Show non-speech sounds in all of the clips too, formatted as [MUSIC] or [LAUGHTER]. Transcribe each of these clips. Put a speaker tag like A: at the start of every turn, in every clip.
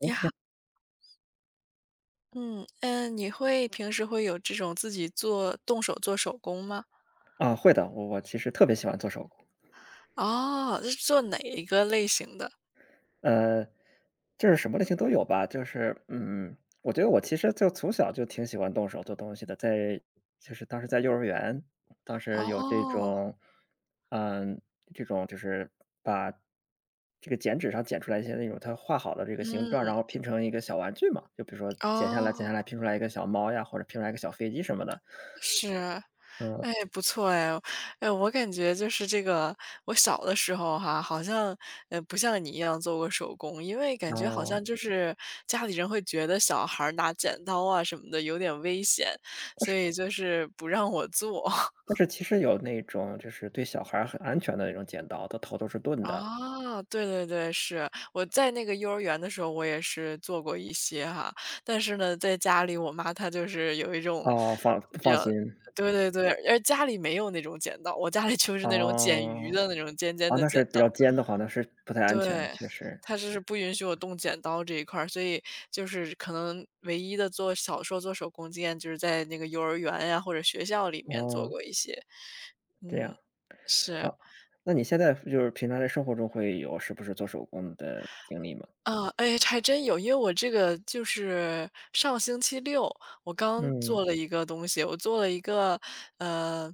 A: 你好，嗯你会平时会有这种自己做动手做手工吗？
B: 啊，会的，我其实特别喜欢做手工，
A: 哦，是做哪一个类型的？
B: 呃，就是什么类型都有吧，就是，嗯，我觉得我其实就从小就挺喜欢动手做东西的，就是当时在幼儿园，当时有这
A: 哦，
B: 种，嗯，这种就是把这个剪纸上剪出来一些那种它画好的这个形状，然
A: 嗯，
B: 后拼成一个小玩具嘛，就比如说剪下来剪
A: 哦，
B: 下来拼出来一个小猫呀，或者拼出来一个小飞机什么的，
A: 是，
B: 嗯，
A: 哎，不错哎。哎，我感觉就是这个，我小的时候哈，好像不像你一样做过手工，因为感觉好
B: 哦。
A: 像就是家里人会觉得小孩儿拿剪刀啊什么的有点危险，所以就是不让我做。[LAUGHS]
B: 但是其实有那种就是对小孩儿很安全的那种剪刀，它头都是钝的。
A: 啊，对对对，是。我在那个幼儿园的时候，我也是做过一些哈，但是呢，在家里我妈她就是有一种
B: 哦，放不
A: 比
B: 放
A: 较。
B: 心。
A: 对对对，而家里没有那种剪刀，我家里就是那种剪鱼
B: 哦，
A: 的那种尖尖
B: 啊！
A: 的
B: 那
A: 剪
B: 是比较
A: 刀。
B: 尖的话，那是不太安全，
A: 对，
B: 确实。
A: 她就是不允许我动剪刀这一块儿，所以就是可能唯一的做小时候做手工经验，就是在那个幼儿园呀，或者学校里面做
B: 哦，
A: 过一些。
B: 这样。
A: 嗯，是。
B: 啊，那你现在就是平常在生活中会有是不是做手工的经历吗？
A: 啊，哎，还真有。因为我这个就是上星期六，我刚
B: 嗯，
A: 做了一个东西，我做了一个，呃，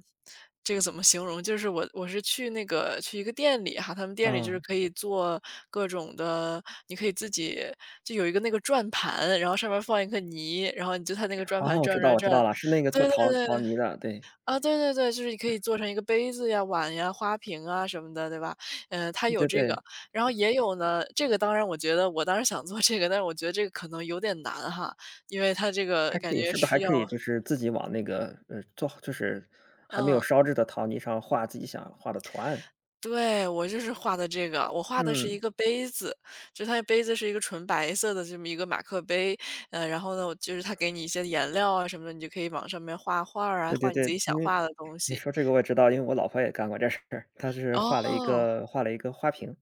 A: 这个怎么形容？就是我是去一个店里哈，他们店里就
B: 啊
A: 是可以做各种的，你可以自己就有一个那个转盘，然后上面放一个泥，然后你就它那个转
B: 哦，
A: 盘
B: 我知
A: 转
B: 道
A: 转
B: 我知道
A: 转。
B: 了，是那个做
A: 对
B: 陶泥的，对，
A: 啊，对对对，就是你可以做成一个杯子呀、碗呀、花瓶啊什么的，对吧？呃，它
B: 对
A: 有这
B: 对，
A: 个，然后也有呢，这个当然我觉得我当时想做这个，但是我觉得这个可能有点难哈，因为它这
B: 还
A: 个
B: 可
A: 感
B: 以
A: 觉
B: 是不是还
A: 需要。
B: 可以就是自己往那个，做就是还没有
A: 嗯，
B: 烧制的陶泥上画自己想画的图案？
A: 对，我就是画的这个，我画的是
B: 嗯。
A: 一个杯子，就它的杯子是一个纯白色的这么一个马克杯。然后呢，我就是它给你一些颜料啊什么的，你就可以往上面画画儿啊，
B: 对对
A: 画你自
B: 对，
A: 己想
B: 因为
A: 画的东
B: 你
A: 西。
B: 说这个我也知道，因为我老婆也干过这事儿，她是画了一
A: 哦，
B: 个画了一个花瓶，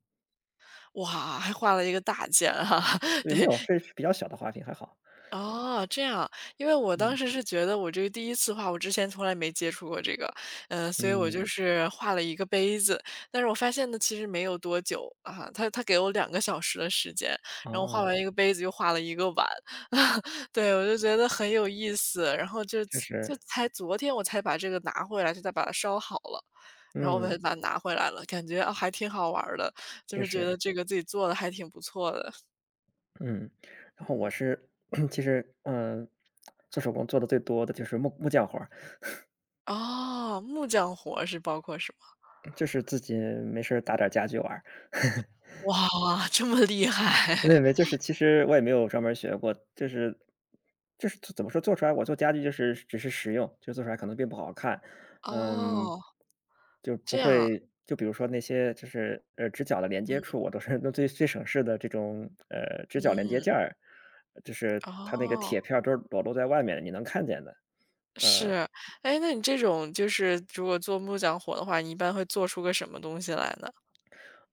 A: 哇，还画了一个大件哈，[LAUGHS]
B: 也没
A: 对。
B: 有，是比较小的花瓶，还好。
A: 哦，这样，因为我当
B: 嗯
A: 时是觉得我这个第一次画，我之前从来没接触过这个，所以我就
B: 嗯，
A: 是画了一个杯子，但是我发现呢，其实没有多久。啊，他给我两个小时的时间，
B: 哦
A: 然后画
B: 哦，
A: 完一个杯子又画了一个碗，[LAUGHS] 对，我就觉得很有意思，然后就
B: 确
A: 就
B: 实，
A: 才昨天我才把这个拿回来，就再把它烧好了，然后我才
B: 嗯，
A: 把它拿回来了，感觉，啊，还挺好玩儿的，就
B: 确
A: 是觉
B: 实，
A: 得这个自己做的还挺不错的。
B: 嗯。然后我
A: 嗯，
B: 是 [CLEARS THROAT] 其实，嗯，做手工做的最多的就是木匠活儿，
A: 哦，木匠活是包括什么？
B: 就是自己没事儿打点儿家具玩儿。
A: 哇，这么厉
B: 没
A: 害。
B: 没，就
A: [LAUGHS]
B: 是其实我也没有专门儿学过，就是怎么说，做出来我做家具就是只是实用，就做出来可能并不好看，嗯，
A: 哦，
B: 就不
A: 这样，
B: 会就比如说那些就是直角的连接处，我都是 [LAUGHS] 用最最省事的这种直角连接
A: 嗯，
B: 件儿，就是它那个
A: 哦，
B: 铁片儿都是裸露在外面的，你能看见的。
A: 是。哎，那你这种就是如果做木匠活的话，你一般会做出个什么东西来呢？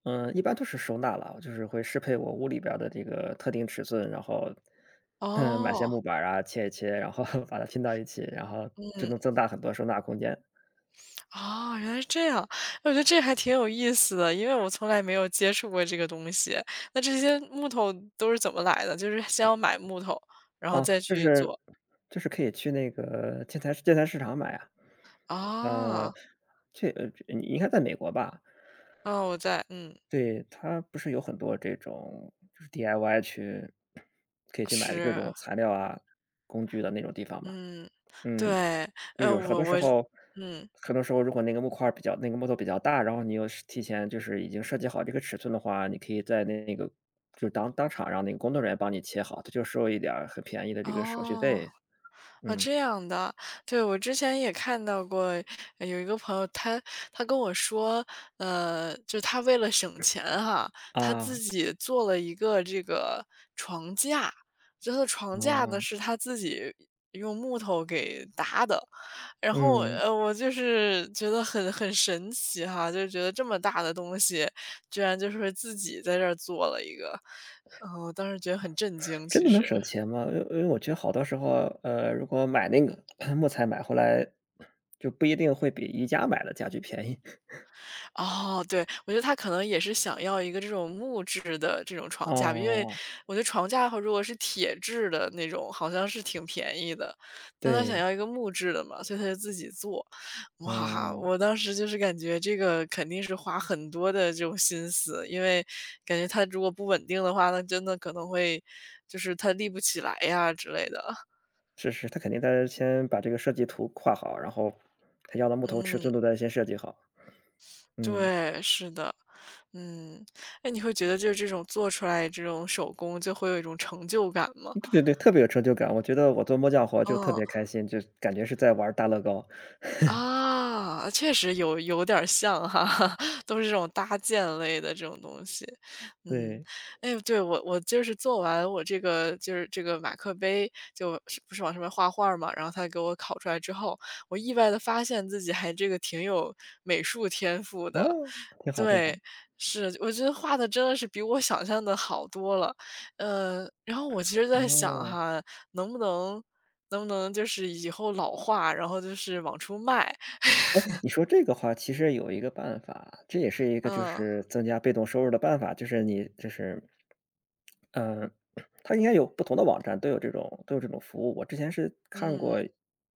B: 嗯，一般都是收纳了，就是会适配我屋里边儿的这个特定尺寸，然后，嗯，买些
A: 哦，
B: 木板儿啊，切一切，然后 [LAUGHS] 把它拼到一起，然后就
A: 嗯，
B: 能增大很多收纳空间。
A: 哦，原来是这样。我觉得这还挺有意思的，因为我从来没有接触过这个东西。那这些木头都是怎么来的？就是先要买木头，然后
B: 哦，
A: 再
B: 就
A: 去
B: 是
A: 做。
B: 可以去那个建材市场买啊。
A: 啊？
B: 呃，这呃，你应该在美国吧？
A: 哦，我在嗯，
B: 对，它不是有很多这种就是 DIY 去可以去买各种
A: 是，
B: 材料啊、工具的那种地方嘛？
A: 嗯，对，
B: 嗯，就是有很多
A: 我
B: 时
A: 我
B: 候
A: 嗯。
B: 很多时候如果那个木块儿比较那个木头比较大，然后你又是提前就是已经设计好这个尺寸的话，你可以在那个就当场让那个工作人员帮你切好，他就收一点儿很便宜的这个手续
A: 哦，
B: 费。
A: 啊，
B: 嗯，
A: 这样的。对，我之前也看到过，有一个朋友，他跟我说，就他为了省钱哈，他自
B: 啊，
A: 己做了一个这个床架，这个床架
B: 啊，
A: 呢是他自己用木头给搭的。然后，
B: 嗯，
A: 我就是觉得很神奇哈，就觉得这么大的东西，居然就是自己在这儿做了一个，我当时觉得很震惊，
B: 真
A: 其
B: 的能
A: 实。
B: 省钱吗？因为我觉得好多时候，如果买那个 [CLEARS THROAT] 木材买回来，就不一定会比宜家买的家具便宜。
A: 哦，对，我觉得他可能也是想要一个这种木质的这种床架，因为
B: 哦，
A: 我觉得床架的如果是铁质的那种，好像是挺便宜的，但他想
B: 对，
A: 要一个木质的嘛，所以他就自己做。哇，
B: 嗯。
A: 我当时就是感觉这个肯定是花很多的这种心思，因为感觉他如果不稳定的话，那真的可能会就是他立不起来呀之类的。
B: 是是，他肯定得先把这个设计图画好，然后他要的木头尺
A: 嗯，
B: 寸都得先设计好。嗯，
A: 对，是的。嗯，哎，你会觉得就是这种做出来这种手工就会有一种成就感吗？
B: 对对对，特别有成就感，我觉得我做木匠活就特
A: 嗯。
B: 别开心，就感觉是在玩儿大乐高。
A: 啊，确实有点儿像哈，[LAUGHS] 都是这种搭建类的这种东西。嗯，
B: 对，
A: 哎，对，我就是做完我这个就是这个马克杯，就是不是往上面画画儿嘛，然后他给我烤出来之后，我意外的发现自己还这个挺有美术天赋的。
B: 哦，挺好挺好。
A: 对，是，我觉得画的真的是比我想象的好多了。嗯，然后我其实在想
B: 哦，
A: 哈，能不能能不能就是以后老化，然后就是往出卖？
B: 你说这个话其实有一个办法，这也是一个就
A: 嗯，
B: 是增加被动收入的办法，就是你就是嗯，它应该有不同的网站都有这种服务。我之前是看过
A: 嗯，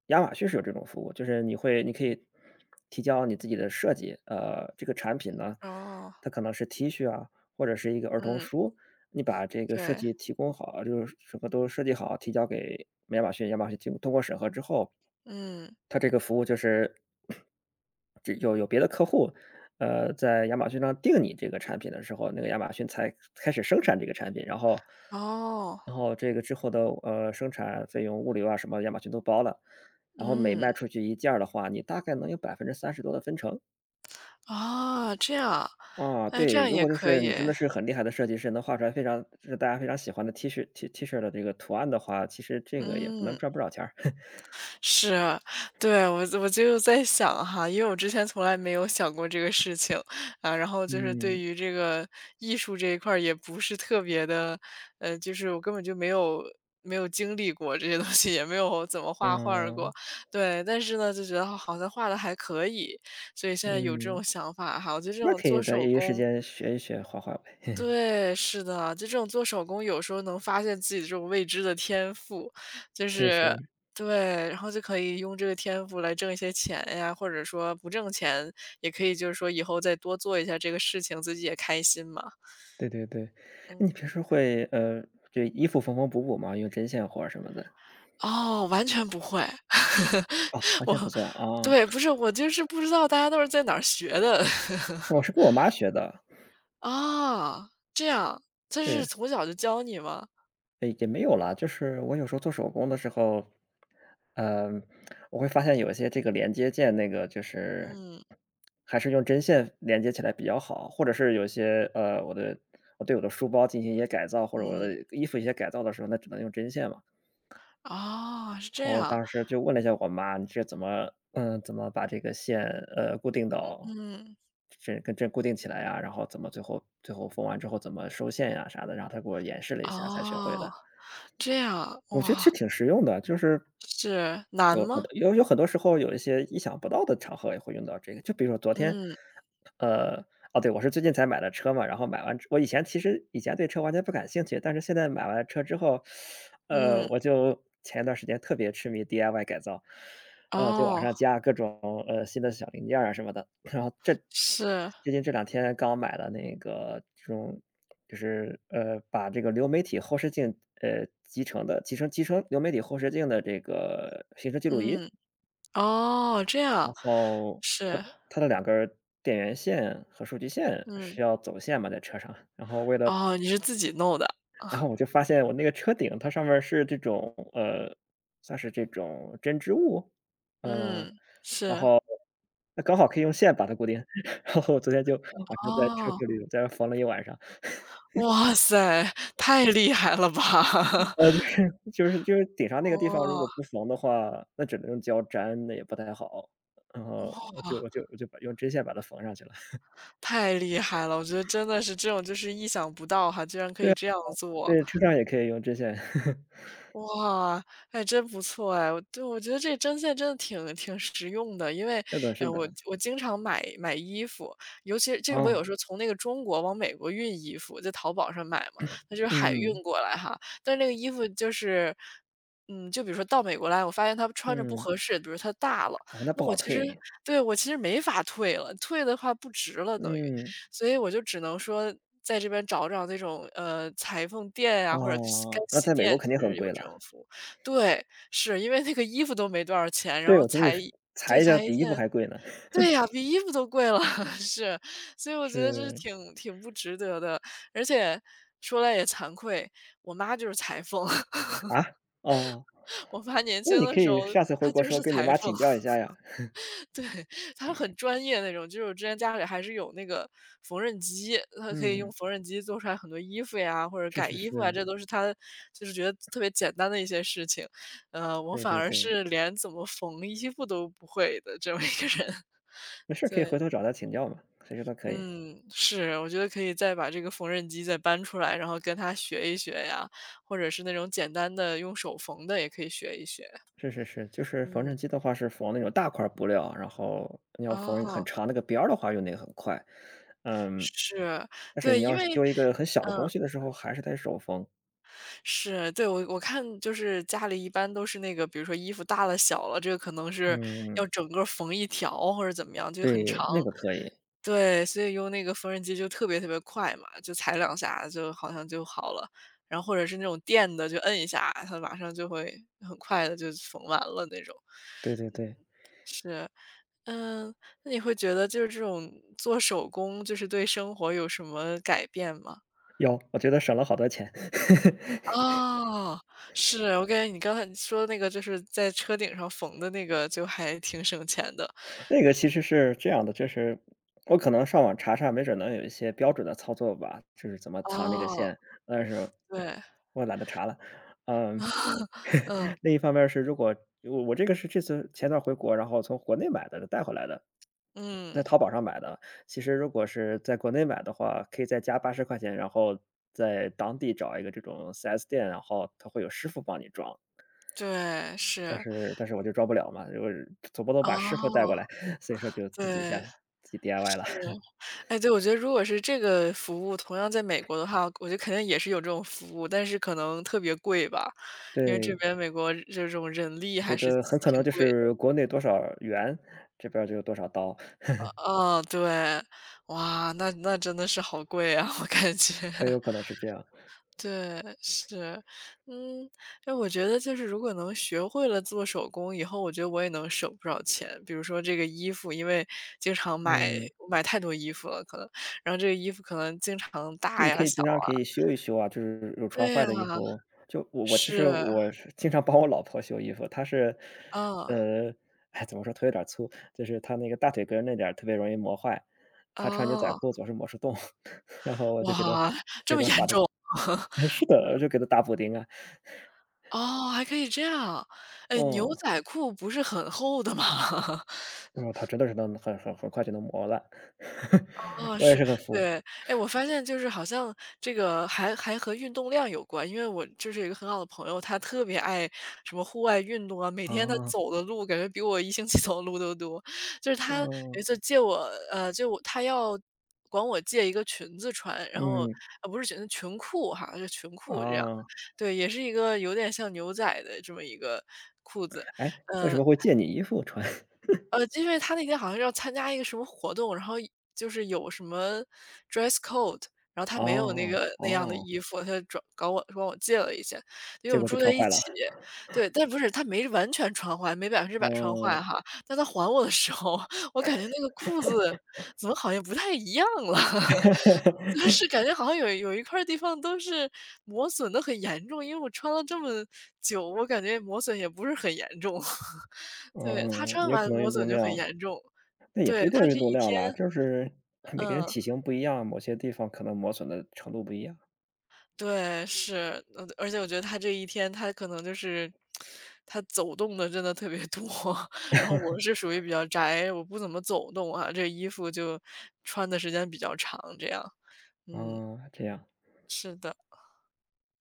B: 亚马逊是有这种服务，就是你可以提交你自己的设计，这个产品呢，
A: 哦，
B: 它可能是 T 恤啊，或者是一个儿童
A: 嗯，
B: 书，你把这个设
A: 对，
B: 计提供好，就是什么都设计好，提交给亚马逊，亚马逊经通过审核之后，
A: 嗯，
B: 它这个服务就是这有别的客户，在亚马逊上订你这个产品的时候，那个亚马逊才开始生产这个产品，然后
A: 哦，
B: 然后这个之后的，生产费用、物流啊什么亚马逊都包了。然后每
A: 嗯，
B: 卖出去一件儿的话，你大概能有30%多的分成。
A: 啊，这样，
B: 啊，
A: 哎，这
B: 对，
A: 样
B: 如
A: 也
B: 果就
A: 可
B: 是
A: 以，
B: 你真的是很厉害的设计师，能画出来非常就是大家非常喜欢的 T 恤的这个图案的话，其实这个也不能
A: 嗯。
B: 赚不少钱儿。[LAUGHS]
A: 是，对，我就在想哈，因为我之前从来没有想过这个事情，啊，然后就是对
B: 嗯，
A: 于这个艺术这一块儿也不是特别的，就是我根本就没有经历过这些东西，也没有怎么画画儿过。
B: 嗯，
A: 对，但是呢，就觉得好像画的还可以，所以现在有这种
B: 嗯，
A: 想法哈，我觉得这
B: 那
A: 种
B: 可以
A: 做
B: 在
A: 手
B: 业余时
A: 工。
B: 间学一学画画呗，[LAUGHS]
A: 对，是的，就这种做手工，有时候能发现自己这种未知的天赋，就
B: 确
A: 是。
B: 实，
A: 对，然后就可以用这个天赋来挣一些钱呀，或者说不挣钱，也可以就是说以后再多做一下这个事情，自己也开心嘛。
B: 对对对。你平
A: 嗯，
B: 时会，对衣服缝缝补补吗？用针线活儿什么的？
A: 哦，完全不会，
B: 哦，完
A: [LAUGHS] 我。
B: 全不算啊。
A: 对，不是，我就是不知道大家都是在哪儿学的。
B: 我是跟我妈学的，
A: [LAUGHS]。啊，这样，这
B: 对，
A: 是从小就教你吗？
B: 也没有啦，就是我有时候做手工的时候，嗯，我会发现有一些这个连接件，那个就是
A: 嗯
B: 还是用针线连接起来比较好，或者是有一些我对我的书包进行一些改造，或者我
A: 嗯，
B: 的衣服一些改造的时候，那只能用针线嘛。
A: 哦，是
B: 然
A: 这
B: 后
A: 样，
B: 当时就问了一下我妈，你这怎么把这个线，固定到
A: 嗯。
B: 这跟这固定起来呀，然后怎么最后缝完之后怎么收线呀啥的，然后她给我演示了一下才学会
A: 哦，
B: 的。
A: 这样，
B: 我觉得其实
A: 哇，
B: 挺实用的，就是
A: 是，难
B: 有很
A: 吗？
B: 多有有很多时候有一些意想不到的场合也会用到这个，就比如说昨天，
A: 嗯，
B: 呃，哦，对，我是最近才买的车嘛，然后我以前其实以前对车完全不感兴趣，但是现在买完车之后，
A: 嗯，
B: 我就前一段时间特别痴迷 DIY 改造，就往
A: 哦，
B: 上加各种，新的小零件儿啊什么的，然后这
A: 是，
B: 最近这两天刚买了那个这种就是把这个流媒体后视镜呃集成的集成集成流媒体后视镜的这个行车记录仪，
A: 嗯，哦，这
B: 然
A: 样，
B: 后
A: 是，
B: 它的两根电源线和数据线是
A: 嗯，
B: 要走线嘛，在车上，然后为了
A: 哦，你是自己弄的，
B: 然后我就发现我那个车顶它上面是这种算是这种针织物，嗯、
A: 嗯，
B: 然
A: 是，
B: 后那刚好可以用线把它固定，[LAUGHS] 然后我昨天就晚上在车
A: 哦，
B: 库里在那缝了一晚上。
A: 哇塞，太厉害了吧！
B: 就
A: [LAUGHS]
B: 是就是顶上那个地方如果
A: 哇，
B: 不缝的话，那只能用胶粘，那也不太好。然后我
A: 哇，
B: 就我就我就把用针线把它缝上去了。
A: 太厉害了，我觉得真的是这种就是意想不到哈，居然可
B: 对
A: 以
B: 啊，
A: 这样做。
B: 对，车上也可以用针线。[LAUGHS]
A: 哇，还真不错哎！我。对，我觉得这针线真的挺实用的，因为，
B: 是的是
A: 我
B: 的，
A: 我经常买衣服，尤其这我
B: 啊，
A: 有时候从那个中国往美国运衣服，在淘宝上买嘛，它就是海
B: 嗯，
A: 运过来哈。但是那个衣服就是，就比如说到美国来，我发现它穿着不
B: 嗯，
A: 合适，比如它大了，
B: 啊，那
A: 那
B: 不
A: 我
B: 好
A: 其实
B: 退。
A: 对，我其实没法退了，退的话不值了等于。
B: 嗯，
A: 所以我就只能说在这边找找那种，裁缝店呀，或者洗干
B: 哦，那
A: 洗
B: 在美国
A: 店，
B: 肯
A: 其
B: 定很
A: 实
B: 贵
A: 有这
B: 了。
A: 种服务。对，是，因为那个衣服都没多少钱，然
B: 对，
A: 后
B: 我觉得你裁
A: 对，
B: 一下
A: 裁一
B: 比衣服
A: 件。
B: 还贵呢。
A: 对呀，比衣服都贵了，[LAUGHS] 是。所以我觉得这是
B: 是，
A: 挺不值得的，而且说来也惭愧，我妈就是裁缝。
B: 啊？
A: [LAUGHS]
B: 哦，
A: 我妈年
B: 那
A: 轻
B: 你
A: 的
B: 可
A: 时
B: 以
A: 候
B: 下次回
A: 她
B: 国
A: 就
B: 时候
A: 是
B: 跟你
A: 裁
B: 妈
A: 缝。
B: 请教一下呀。
A: 对，他很专业那种，就是我之前家里还是有那个缝纫机，他可以用
B: 嗯，
A: 缝纫机做出来很多衣服呀，或者
B: 是
A: 改
B: 是
A: 衣服啊，
B: 是，
A: 这都是他就是觉得特别简单的一些事情。我
B: 对
A: 反
B: 对
A: 而
B: 对。
A: 是连怎么缝衣服都不会的这么一个人。[LAUGHS]
B: 没事儿，可以
A: 对，
B: 回头找他请教嘛，随时都可以。
A: 嗯，是，我觉得可以再把这个缝纫机再搬出来，然后跟他学一学呀，或者是那种简单的用手缝的也可以学一学。
B: 是是是，就是缝纫
A: 嗯，
B: 机的话是缝那种大块儿布料，然后你要缝一个很
A: 哦，
B: 长那个边儿的话，用那个很快。嗯，
A: 是，
B: 但是你
A: 对，
B: 要
A: 因
B: 是
A: 为
B: 揪一个很小的
A: 嗯。
B: 东西的时候，还是得手缝。
A: 是，对，我看就是家里一般都是那个，比如说衣服大了小了，这个可能是要
B: 嗯，
A: 整个缝一条或者怎么样，就很长。
B: 对，那个可以。
A: 对，所以用那个缝纫机就特别特别快嘛，就踩两下就好像就好了。然后或者是那种电的，就摁一下，它马上就会很快的就缝完了那种。
B: 对对对，
A: 是，嗯，那你会觉得就是这种做手工，就是对生活有什么改变吗？
B: 有，我觉得省了好多钱。[LAUGHS]
A: 哦，是，我感觉你刚才说的那个就是在车顶上缝的那个就还挺省钱的。
B: 那个其实是这样的，就是我可能上网查查，没准能有一些标准的操作吧，就是怎么藏这个
A: 哦，
B: 线，但是
A: 对，
B: 我懒得查了。嗯，
A: [LAUGHS] 嗯，
B: [LAUGHS] 另一方面是，如果我这个是这次前段回国，然后从国内买的带回来的，在
A: 嗯，
B: 淘宝上买的。其实如果是在国内买的话，可以再加80块钱，然后在当地找一个这种 4S 店，然后他会有师傅帮你装。
A: 对，
B: 但
A: 是，
B: 是但是我就装不了嘛，我总不能把师傅带过
A: 哦，
B: 来，[LAUGHS] 所以说就自己
A: 对，
B: DIY
A: 是。
B: 了。[LAUGHS]
A: 哎，对，我觉得如果是这个服务同样在美国的话，我觉得肯定也是有这种服务，但是可能特别贵吧，因为这
B: 对，
A: 边美国这种人力
B: 我觉
A: 还是
B: 得很可能
A: 挺
B: 就
A: 贵
B: 是
A: 的。
B: 国内多少元，这边儿就有多少刀，
A: 哦对，哇，那真的是好贵啊，我感觉。
B: 很有可能是这样。
A: 对，是。嗯，哎，我觉得就是如果能学会了做手工以后，我觉得我也能省不少钱。比如说这个衣服，因为经常买
B: 嗯，
A: 买太多衣服了可能，然后这个衣服可能经常
B: 就
A: 大
B: 你可
A: 呀、
B: 以
A: 小
B: 经常可
A: 啊
B: 以修一修啊，就是有穿
A: 对
B: 坏
A: 呀，
B: 的衣服，就我其实
A: 是，
B: 我是经常帮我老婆修衣服，她是，
A: 嗯，
B: 呃，哎，怎么说，腿有点粗，就是她那个大腿根儿那点儿特别容易磨坏，她穿牛仔
A: 哦，
B: 裤总是磨出洞，[LAUGHS] 然后我就给她
A: 哇，这
B: 给
A: 么
B: 她
A: 严
B: 把
A: 重？
B: 它 [LAUGHS]
A: [LAUGHS]
B: 是的，就给他打补丁啊。
A: 哦，还可以这样。哎，牛
B: 嗯，
A: 仔裤不是很厚的吗？[LAUGHS]
B: 嗯，他真的是能很快就能磨烂，[LAUGHS]
A: 啊，
B: 我也
A: 是，
B: 是很服。
A: 对。哎，我发现就是好像这个还和运动量有关，因为我就是有一个很好的朋友，他特别爱什么户外运动啊，每天他
B: 啊，
A: 走的路感觉比我一星期 [LAUGHS] 走的路都多。就是他
B: 嗯，
A: 有一次借我，他要管我借一个裙子穿，然后
B: 嗯，
A: 不是裙子，裙裤哈，是裙裤这样的，
B: 啊，
A: 对，也是一个有点像牛仔的这么一个裤子，
B: 哎，为什
A: 嗯。
B: 么会借你衣服穿？[LAUGHS]
A: 因为他那天好像是要参加一个什么活动，然后就是有什么 dress code，然后他没有那
B: 哦，
A: 个那样的
B: 哦，
A: 衣服，他就转搞我管我借了一件，因为
B: 结
A: 我们
B: 果就
A: 住在
B: 穿
A: 一
B: 坏了。
A: 起。对，但不是他没完全穿坏，没100%穿
B: 哦，
A: 坏哈，但他还我的时候，[LAUGHS] 我感觉那个裤子怎么好像不太一样了。[LAUGHS] 就是
B: [LAUGHS]
A: 感觉好像有一块儿地方都是磨损的很严重，因为我穿了这么久，我感觉磨损也不是很严重。[LAUGHS] 对，他
B: 嗯，
A: 穿
B: 也
A: 完
B: 可能
A: 磨
B: 运动
A: 损就很
B: 量
A: 严重，
B: 那也不
A: 对，
B: 一定
A: 他
B: 是
A: 这
B: 运动
A: 一
B: 量
A: 天
B: 啦，就是每个人
A: 嗯，
B: 体型不一样，某些地方可能磨损的程度不一样。
A: 对，是，而且我觉得他这一天他可能就是他走动的真的特别多，[LAUGHS] 然后我是属于比较宅，我不怎么走动啊，这衣服就穿的时间比较长这样，嗯，
B: 啊，这样。
A: 是的。